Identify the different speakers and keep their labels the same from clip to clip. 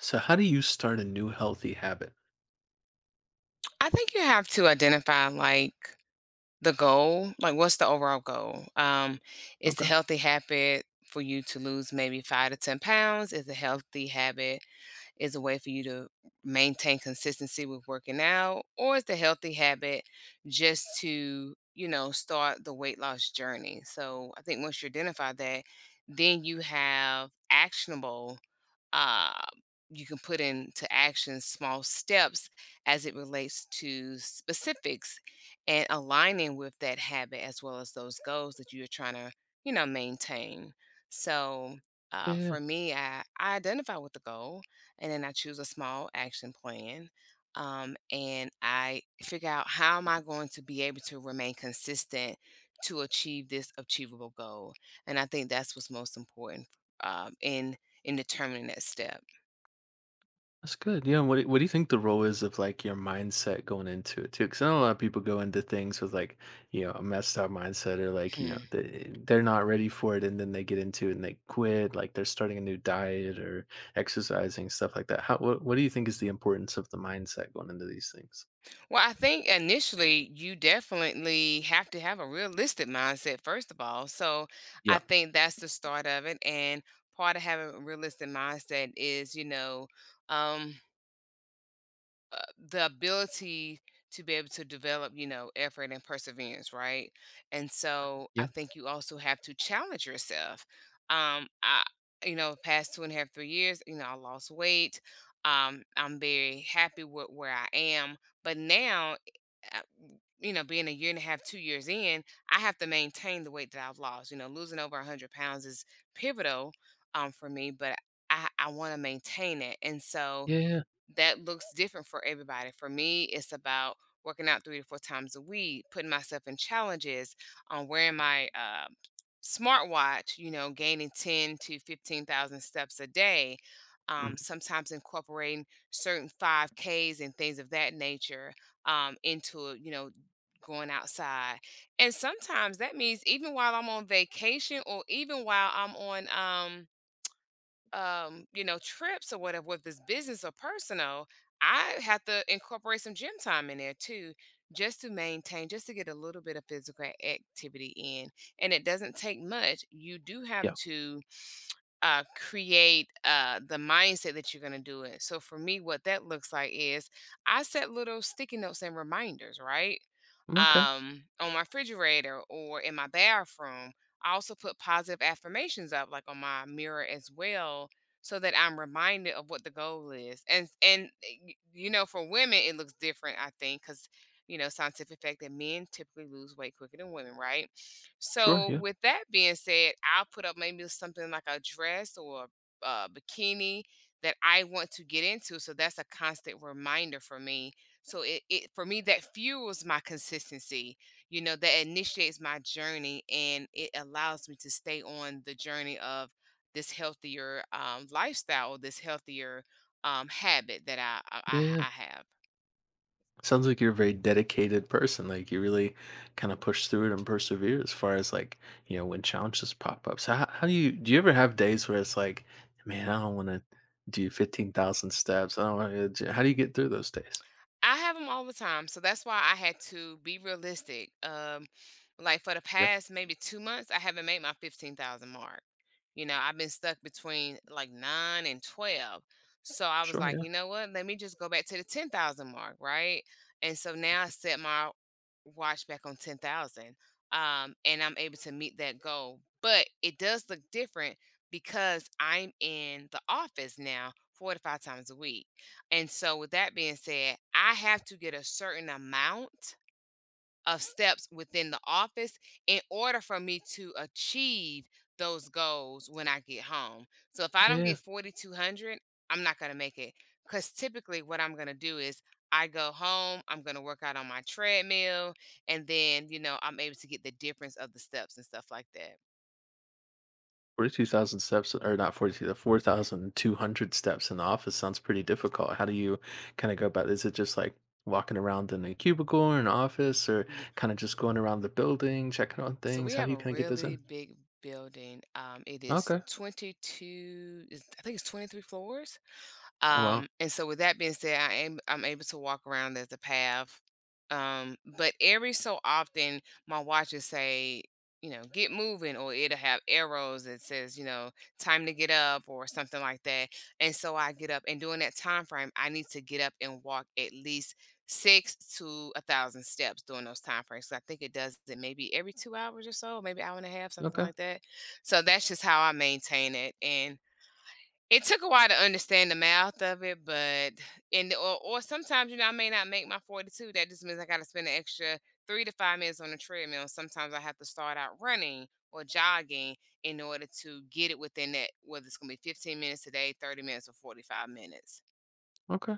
Speaker 1: So how do you start a new healthy habit?
Speaker 2: I think you have to identify like the goal, like what's the overall goal? Is the healthy habit for you to lose maybe 5 to 10 pounds? Is a healthy habit is a way for you to maintain consistency with working out? Or is the healthy habit just to, start the weight loss journey? So I think once you identify that, then you have actionable uh, you can put into action small steps as it relates to specifics and aligning with that habit as well as those goals that you're trying to maintain. So for me, I identify with the goal, and then I choose a small action plan. And I figure out how am I going to be able to remain consistent to achieve this achievable goal. And I think that's what's most important, in determining that step.
Speaker 1: That's good. Yeah. What do you think the role is of your mindset going into it too? Because I know a lot of people go into things with like a messed up mindset, or like you know
Speaker 2: Hmm.
Speaker 1: they they're not ready for it, and then they get into it and they quit. Like they're starting a new diet or exercising, stuff like that. How what do you think is the importance of the mindset going into these things?
Speaker 2: Well, I think initially you definitely have to have a realistic mindset, first of all. So I
Speaker 1: Yeah.
Speaker 2: think that's the start of it. And part of having a realistic mindset is, um, the ability to be able to develop, effort and perseverance, right? And so I
Speaker 1: Yeah.
Speaker 2: think you also have to challenge yourself. Um, I, past 2.5, 3 years, I lost weight. I'm very happy with where I am, but now, uh, being a year and a half, 2 years in, I have to maintain the weight that I've lost. You know, losing over 100 pounds is pivotal for me, but I want to maintain it. And so,
Speaker 1: Yeah. Yeah.
Speaker 2: that looks different for everybody. For me, it's about working out 3 to 4 times a week, putting myself in challenges, on wearing my smartwatch, gaining 10 to 15,000 steps a day,
Speaker 1: Mm,
Speaker 2: sometimes incorporating certain 5Ks and things of that nature into, going outside. And sometimes that means even while I'm on vacation or even while I'm on, trips or whatever, with this business or personal, I have to incorporate some gym time in there too, just to maintain, just to get a little bit of physical activity in. And it doesn't take much. You do have
Speaker 1: yeah.
Speaker 2: to create the mindset that you're going to do it. So for me, what that looks like is I set little sticky notes and reminders, right?
Speaker 1: Okay.
Speaker 2: On my refrigerator or in my bathroom. I also put positive affirmations up, like on my mirror as well, so that I'm reminded of what the goal is. And you know, for women, it looks different, I think, because scientific fact that men typically lose weight quicker than women, right?
Speaker 1: Sure.
Speaker 2: So
Speaker 1: Yeah.
Speaker 2: with that being said, I'll put up maybe something like a dress or a bikini that I want to get into. So that's a constant reminder for me. So it for me that fuels my consistency. You know that initiates my journey and it allows me to stay on the journey of this healthier lifestyle or this healthier habit that I, I
Speaker 1: Yeah.
Speaker 2: I I have.
Speaker 1: Sounds like you're a very dedicated person. Like you really kind of push through it and persevere as far as like, you know, when challenges pop up. So how do you ever have days where it's like, man, I don't want to do 15,000 steps? I don't want to. How do you get through those days?
Speaker 2: I have them all the time, so that's why I had to be realistic. Like for the
Speaker 1: Yeah.
Speaker 2: past maybe 2 months, I haven't made my 15,000 mark. You know, I've been stuck between like 9 and 12. So I was
Speaker 1: Sure,
Speaker 2: like,
Speaker 1: yeah.
Speaker 2: you know what? Let me just go back to the 10,000 mark, right? And so now I set my watch back on 10,000 and I'm able to meet that goal. But it does look different because I'm in the office now 4 to 5 times a week. And so with that being said, I have to get a certain amount of steps within the office in order for me to achieve those goals when I get home. So if I
Speaker 1: Yeah.
Speaker 2: don't
Speaker 1: yeah.
Speaker 2: get 4,200, I'm not going to make it. Because typically, what I'm going to do is I go home, I'm going to work out on my treadmill, and then, I'm able to get the difference of the steps and stuff like that.
Speaker 1: 42,000 steps, or not 42, the 4,200 steps in the office sounds pretty difficult. How do you kind of go about it? Is it just like walking around in a cubicle or an office, or
Speaker 2: Yeah.
Speaker 1: kind of just going around the building, checking on
Speaker 2: So
Speaker 1: things?
Speaker 2: we
Speaker 1: How do
Speaker 2: have
Speaker 1: you
Speaker 2: a
Speaker 1: kind of get those
Speaker 2: really
Speaker 1: in?
Speaker 2: big building. It is
Speaker 1: Okay.
Speaker 2: 22, I think it's 23 floors.
Speaker 1: Oh, wow.
Speaker 2: And so with that being said, I'm able to walk around as a path. But every so often my watch will say, get moving, or it'll have arrows that says, time to get up or something like that. And so I get up and during that time frame, I need to get up and walk at least six to 1,000 steps during those time frames. 'Cause I think it does it maybe every 2 hours or so, maybe hour and a half, something
Speaker 1: Okay.
Speaker 2: like that. So that's just how I maintain it. And it took a while to understand the math of it, but and or sometimes, I may not make my 42. That just means I gotta spend an extra 3 to 5 minutes on the treadmill. Sometimes I have to start out running or jogging in order to get it within that, whether it's gonna be 15 minutes a day, 30 minutes, or 45 minutes.
Speaker 1: Okay,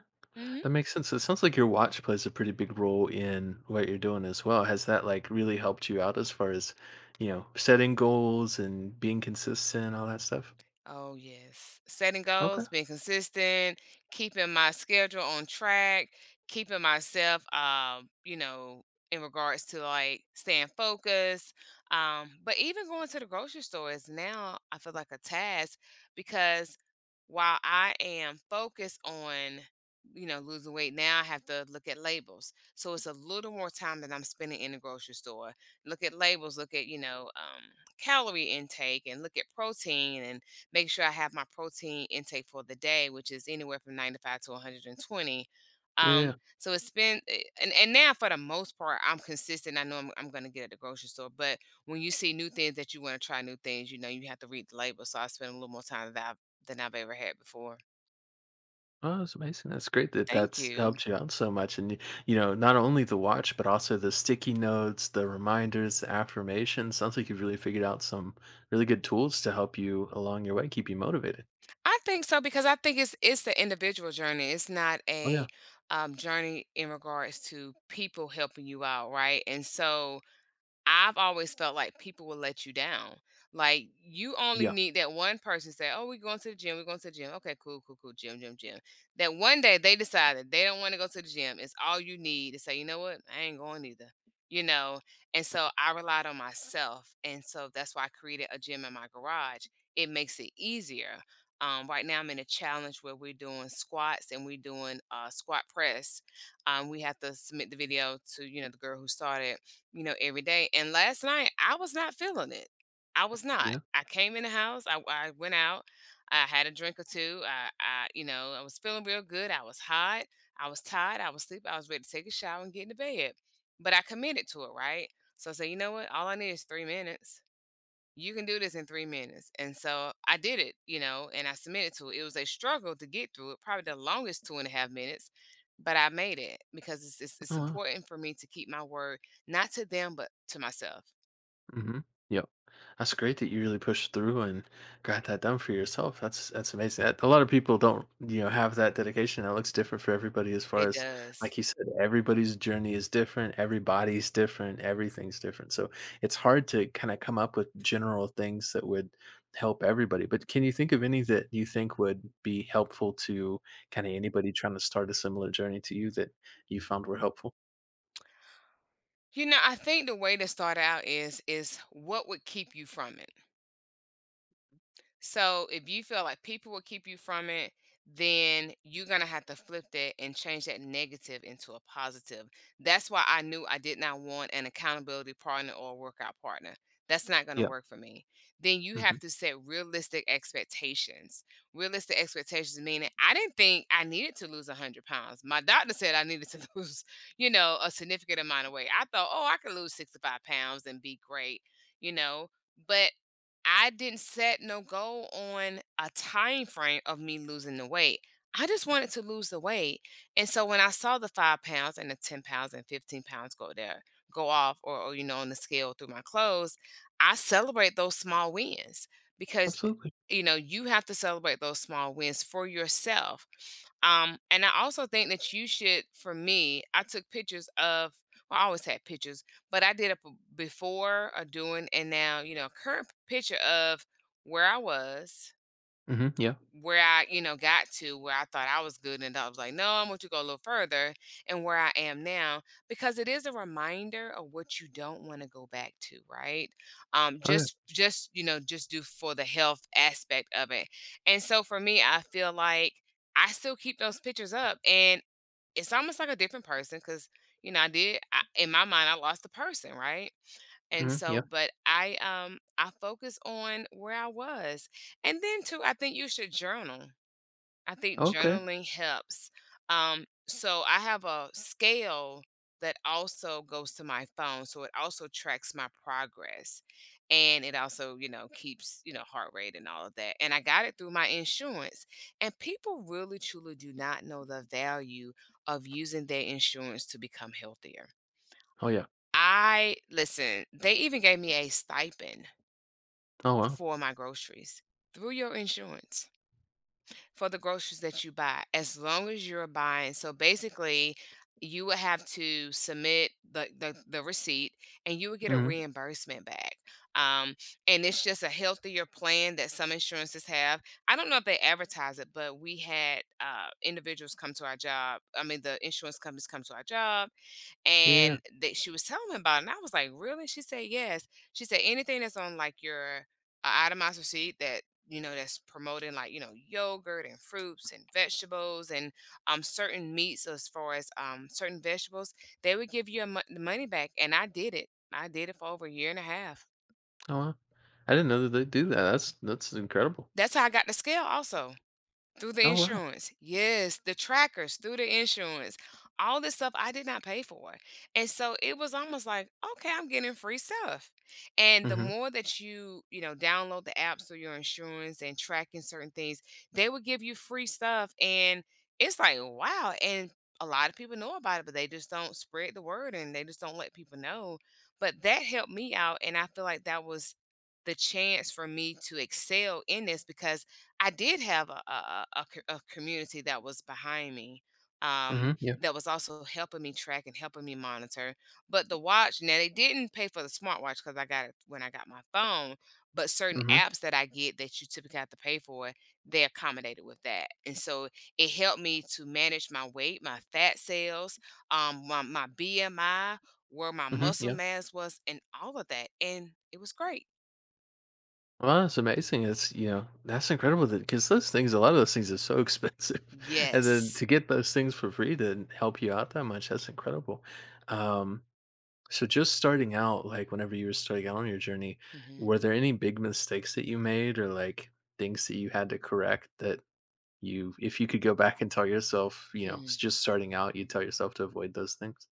Speaker 1: that makes sense. It sounds like your watch plays a pretty big role in what you're doing as well. Has that like really helped you out as far as, you know, setting goals and being consistent, all that stuff?
Speaker 2: Oh, yes. Setting
Speaker 1: Okay.
Speaker 2: goals, being consistent, keeping my schedule on track, keeping myself, in regards to like staying focused. But even going to the grocery store is now, I feel like a task because while I am focused on, losing weight, now I have to look at labels. So it's a little more time that I'm spending in the grocery store. Look at labels, look at, calorie intake and look at protein and make sure I have my protein intake for the day, which is anywhere from 95 to 120.
Speaker 1: Yeah.
Speaker 2: Um,
Speaker 1: yeah.
Speaker 2: so it's been, and now for the most part, I'm consistent. I know I'm going to get at the grocery store, but when you see new things that you want to try new things, you have to read the label. So I spend a little more time than I've ever had before.
Speaker 1: Oh, that's amazing. That's great that
Speaker 2: Thank
Speaker 1: that's
Speaker 2: you.
Speaker 1: helped you out so much. And, you know, not only the watch, but also the sticky notes, the reminders, the affirmations. Sounds like you've really figured out some really good tools to help you along your way, keep you motivated.
Speaker 2: I think so because I think it's the individual journey. It's not
Speaker 1: Oh,
Speaker 2: a
Speaker 1: yeah.
Speaker 2: journey in regards to people helping you out, right? And so I've always felt like people will let you down. Like you only
Speaker 1: Yeah.
Speaker 2: need that one person say, "Oh, we're going to the gym. We're going to the gym. Okay, cool, cool, cool. Gym, gym, gym." That one day they decide that they don't want to go to the gym. It's all you need to say, "You know what? I ain't going either." You know. And so I relied on myself, and so that's why I created a gym in my garage. It makes it easier. Right now, I'm in a challenge where we're doing squats and we're doing squat press. We have to submit the video to the girl who started every day. And last night, I was not feeling it. I was not.
Speaker 1: Yeah.
Speaker 2: I came in the house. I went out. I had a drink or two. I was feeling real good. I was hot. I was tired. I was sleepy. I was ready to take a shower and get into bed. But I committed to it, right? So I said, you know what? All I need is 3 minutes, you can do this in 3 minutes. And so I did it, and I submitted to it. It was a struggle to get through it, probably the longest 2.5 minutes, but I made it because it's, it's,
Speaker 1: Oh,
Speaker 2: it's
Speaker 1: wow.
Speaker 2: important for me to keep my word, not to them, but to myself.
Speaker 1: Hmm. Yep. That's great that you really pushed through and got that done for yourself. That's amazing. That- A lot of people don't, you know, have that dedication. It looks different for everybody. As far
Speaker 2: It
Speaker 1: as
Speaker 2: does.
Speaker 1: like you said, everybody's journey is different, everybody's different, everything's different. So it's hard to kind of come up with general things that would help everybody. But can you think of any that you think would be helpful to kind of anybody trying to start a similar journey to you that you found were helpful?
Speaker 2: You know, I think the way to start out is what would keep you from it. So if you feel like people will keep you from it, then you're going to have to flip that and change that negative into a positive. That's why I knew I did not want an accountability partner or a workout partner. That's not going to
Speaker 1: Yeah.
Speaker 2: work for me. Then you
Speaker 1: Hmm.
Speaker 2: have to set realistic expectations. Realistic expectations meaning I didn't think I needed to lose 100 pounds. My doctor said I needed to lose, a significant amount of weight. I thought, oh, I could lose 65 pounds and be great, you know, but I didn't set no goal on a time frame of me losing the weight. I just wanted to lose the weight. And so when I saw the five pounds and the 10 pounds and 15 pounds go there, go off on the scale through my clothes, I celebrate those small wins because
Speaker 1: Absolutely.
Speaker 2: you know, you have to celebrate those small wins for yourself. And I also think that you should, for me, I took pictures of, well, I always had pictures, but I did before, a doing, and now, current picture of where I was,
Speaker 1: Hmm. Yeah.
Speaker 2: where I got to where I thought I was good and I was like, no, I want you to go a little further and where I am now, because it is a reminder of what you don't want to go back to, right?
Speaker 1: Oh yeah.
Speaker 2: Just just do for the health aspect of it. And so for me, I feel like I still keep those pictures up and it's almost like a different person, cause you know, I did I in my mind, I lost the person, right? And
Speaker 1: Hmm.
Speaker 2: so
Speaker 1: Yeah.
Speaker 2: but I focus on where I was. And then too, I think you should journal. I think
Speaker 1: Okay.
Speaker 2: journaling helps. So I have a scale that also goes to my phone, so it also tracks my progress, and it also keeps heart rate and all of that. And I got it through my insurance, and people really truly do not know the value of using their insurance to become healthier.
Speaker 1: Oh, yeah.
Speaker 2: I listen. They even gave me a stipend
Speaker 1: Oh, wow.
Speaker 2: for my groceries through your insurance for the groceries that you buy as long as you're buying. So basically, you would have to submit the receipt and you would get a
Speaker 1: Mhm.
Speaker 2: reimbursement back. Um, and it's just a healthier plan that some insurances have. I don't know if they advertise it, but we had individuals come to our job. I mean, the insurance companies come to our job
Speaker 1: Yeah.
Speaker 2: and that she was telling me about it, and I was like, "Really?" She said, "Yes." She said, "Anything that's on like your itemized receipt that that's promoting like yogurt and fruits and vegetables and certain meats as far as certain vegetables, they would give you the money back." And I did it. I did it for over a year and a half.
Speaker 1: Oh, wow. I didn't know that they do that. That's incredible.
Speaker 2: That's how I got the scale. Also. Through the
Speaker 1: Oh, wow.
Speaker 2: insurance. Yes, the trackers through the insurance. All this stuff I did not pay for. And so it was almost like, okay, I'm getting free stuff. And the
Speaker 1: Mhm.
Speaker 2: more that you download the apps through your insurance and tracking certain things, they will give you free stuff. And it's like, wow. And a lot of people know about it, but they just don't spread the word and they just don't let people know. But that helped me out. And I feel like that was the chance for me to excel in this because I did have a community that was behind me, um,
Speaker 1: Mhm. Yeah.
Speaker 2: that was also helping me track and helping me monitor, but the watch now they didn't pay for the smartwatch because I got it when I got my phone, but certain
Speaker 1: Mhm.
Speaker 2: apps that I get that you typically have to pay for, they accommodated with that, and so it helped me to manage my weight, my fat cells, my BMI, where my
Speaker 1: Mhm.
Speaker 2: muscle
Speaker 1: Yeah.
Speaker 2: mass was, and all of that, and it was great.
Speaker 1: Well, that's amazing. It's, you know, that's incredible. That because those things, a lot of those things are so expensive. And then
Speaker 2: Yes.
Speaker 1: to get those things for free to help you out that much, that's incredible. Um, so just starting out, like whenever you were starting out on your journey,
Speaker 2: Mhm.
Speaker 1: were there any big mistakes that you made, or like things that you had to correct, that you if you could go back and tell yourself, you know, s
Speaker 2: hmm
Speaker 1: just starting out, you tell yourself to avoid those things.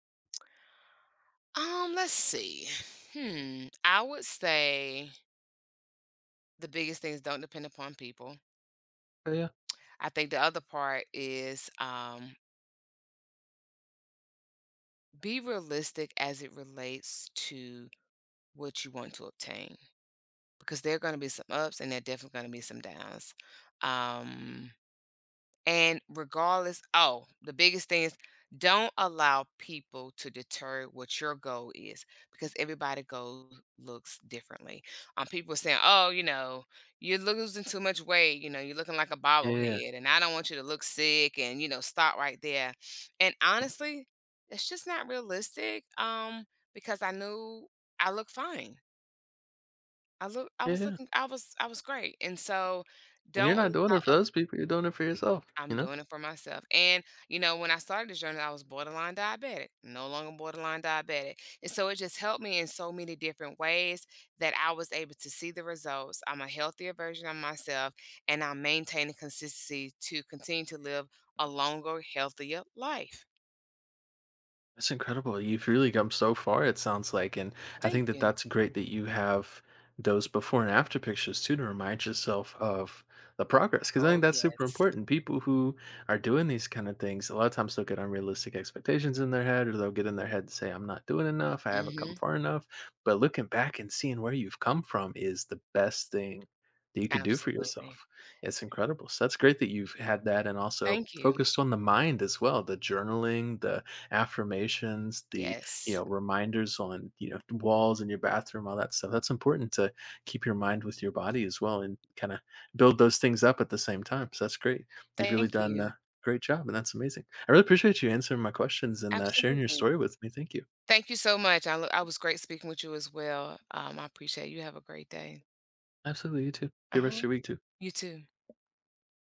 Speaker 2: Let's see. Hmm. I would say the biggest things don't depend upon people.
Speaker 1: Oh, yeah.
Speaker 2: I think the other part is be realistic as it relates to what you want to obtain because there are going to be some ups and there are definitely going to be some downs. Um, And regardless, oh, the biggest thing is don't allow people to deter what your goal is because everybody goal looks differently. People are saying, "Oh, you know, you're losing too much weight. You know, you're looking like a
Speaker 1: Yeah, yeah, yeah.
Speaker 2: bobblehead, and I don't want you to look sick." And you know, stop right there. And honestly, it's just not realistic. Because I knew I looked fine. I
Speaker 1: Yeah,
Speaker 2: was
Speaker 1: yeah,
Speaker 2: looking, I was great. And so,
Speaker 1: and you're
Speaker 2: don't
Speaker 1: not doing
Speaker 2: allow
Speaker 1: it for those people, you're doing it for yourself, you
Speaker 2: I'm
Speaker 1: know?
Speaker 2: doing it for myself. And, you know, when I started this journey, I was borderline diabetic, no longer borderline diabetic. And so it just helped me in so many different ways that I was able to see the results. I'm a healthier version of myself, and I'm maintaining consistency to continue to live a longer, healthier life.
Speaker 1: That's incredible. You've really come so far, it sounds like. And I
Speaker 2: Thank
Speaker 1: think that
Speaker 2: you.
Speaker 1: that's great that you have those before and after pictures too to remind yourself of the progress. Because I think
Speaker 2: Oh,
Speaker 1: that's super
Speaker 2: yes.
Speaker 1: important. People who are doing these kind of things, a lot of times they'll get unrealistic expectations in their head, or they'll get in their head and say, I'm not doing enough, I haven't come
Speaker 2: Hmm.
Speaker 1: far enough. But looking back and seeing where you've come from is the best thing that you could do for
Speaker 2: Absolutely.
Speaker 1: yourself. It's incredible. So that's great that you've had that and also
Speaker 2: Thank you.
Speaker 1: focused on the mind as well, the journaling, the affirmations, the, you
Speaker 2: Yes.
Speaker 1: know, reminders on, you know, walls in your bathroom, all that stuff. That's important to keep your mind with your body as well and kind of build those things up at the same time. So that's great. You've really
Speaker 2: Thank
Speaker 1: done
Speaker 2: you.
Speaker 1: a great job and that's amazing. I really appreciate you answering my questions and sharing your
Speaker 2: Absolutely.
Speaker 1: story with me. Thank you.
Speaker 2: Thank you so much. I was great speaking with you as well. I appreciate it. You have a great day.
Speaker 1: Absolutely. You too. Good rest of
Speaker 2: Uh-huh.
Speaker 1: your week too.
Speaker 2: You too.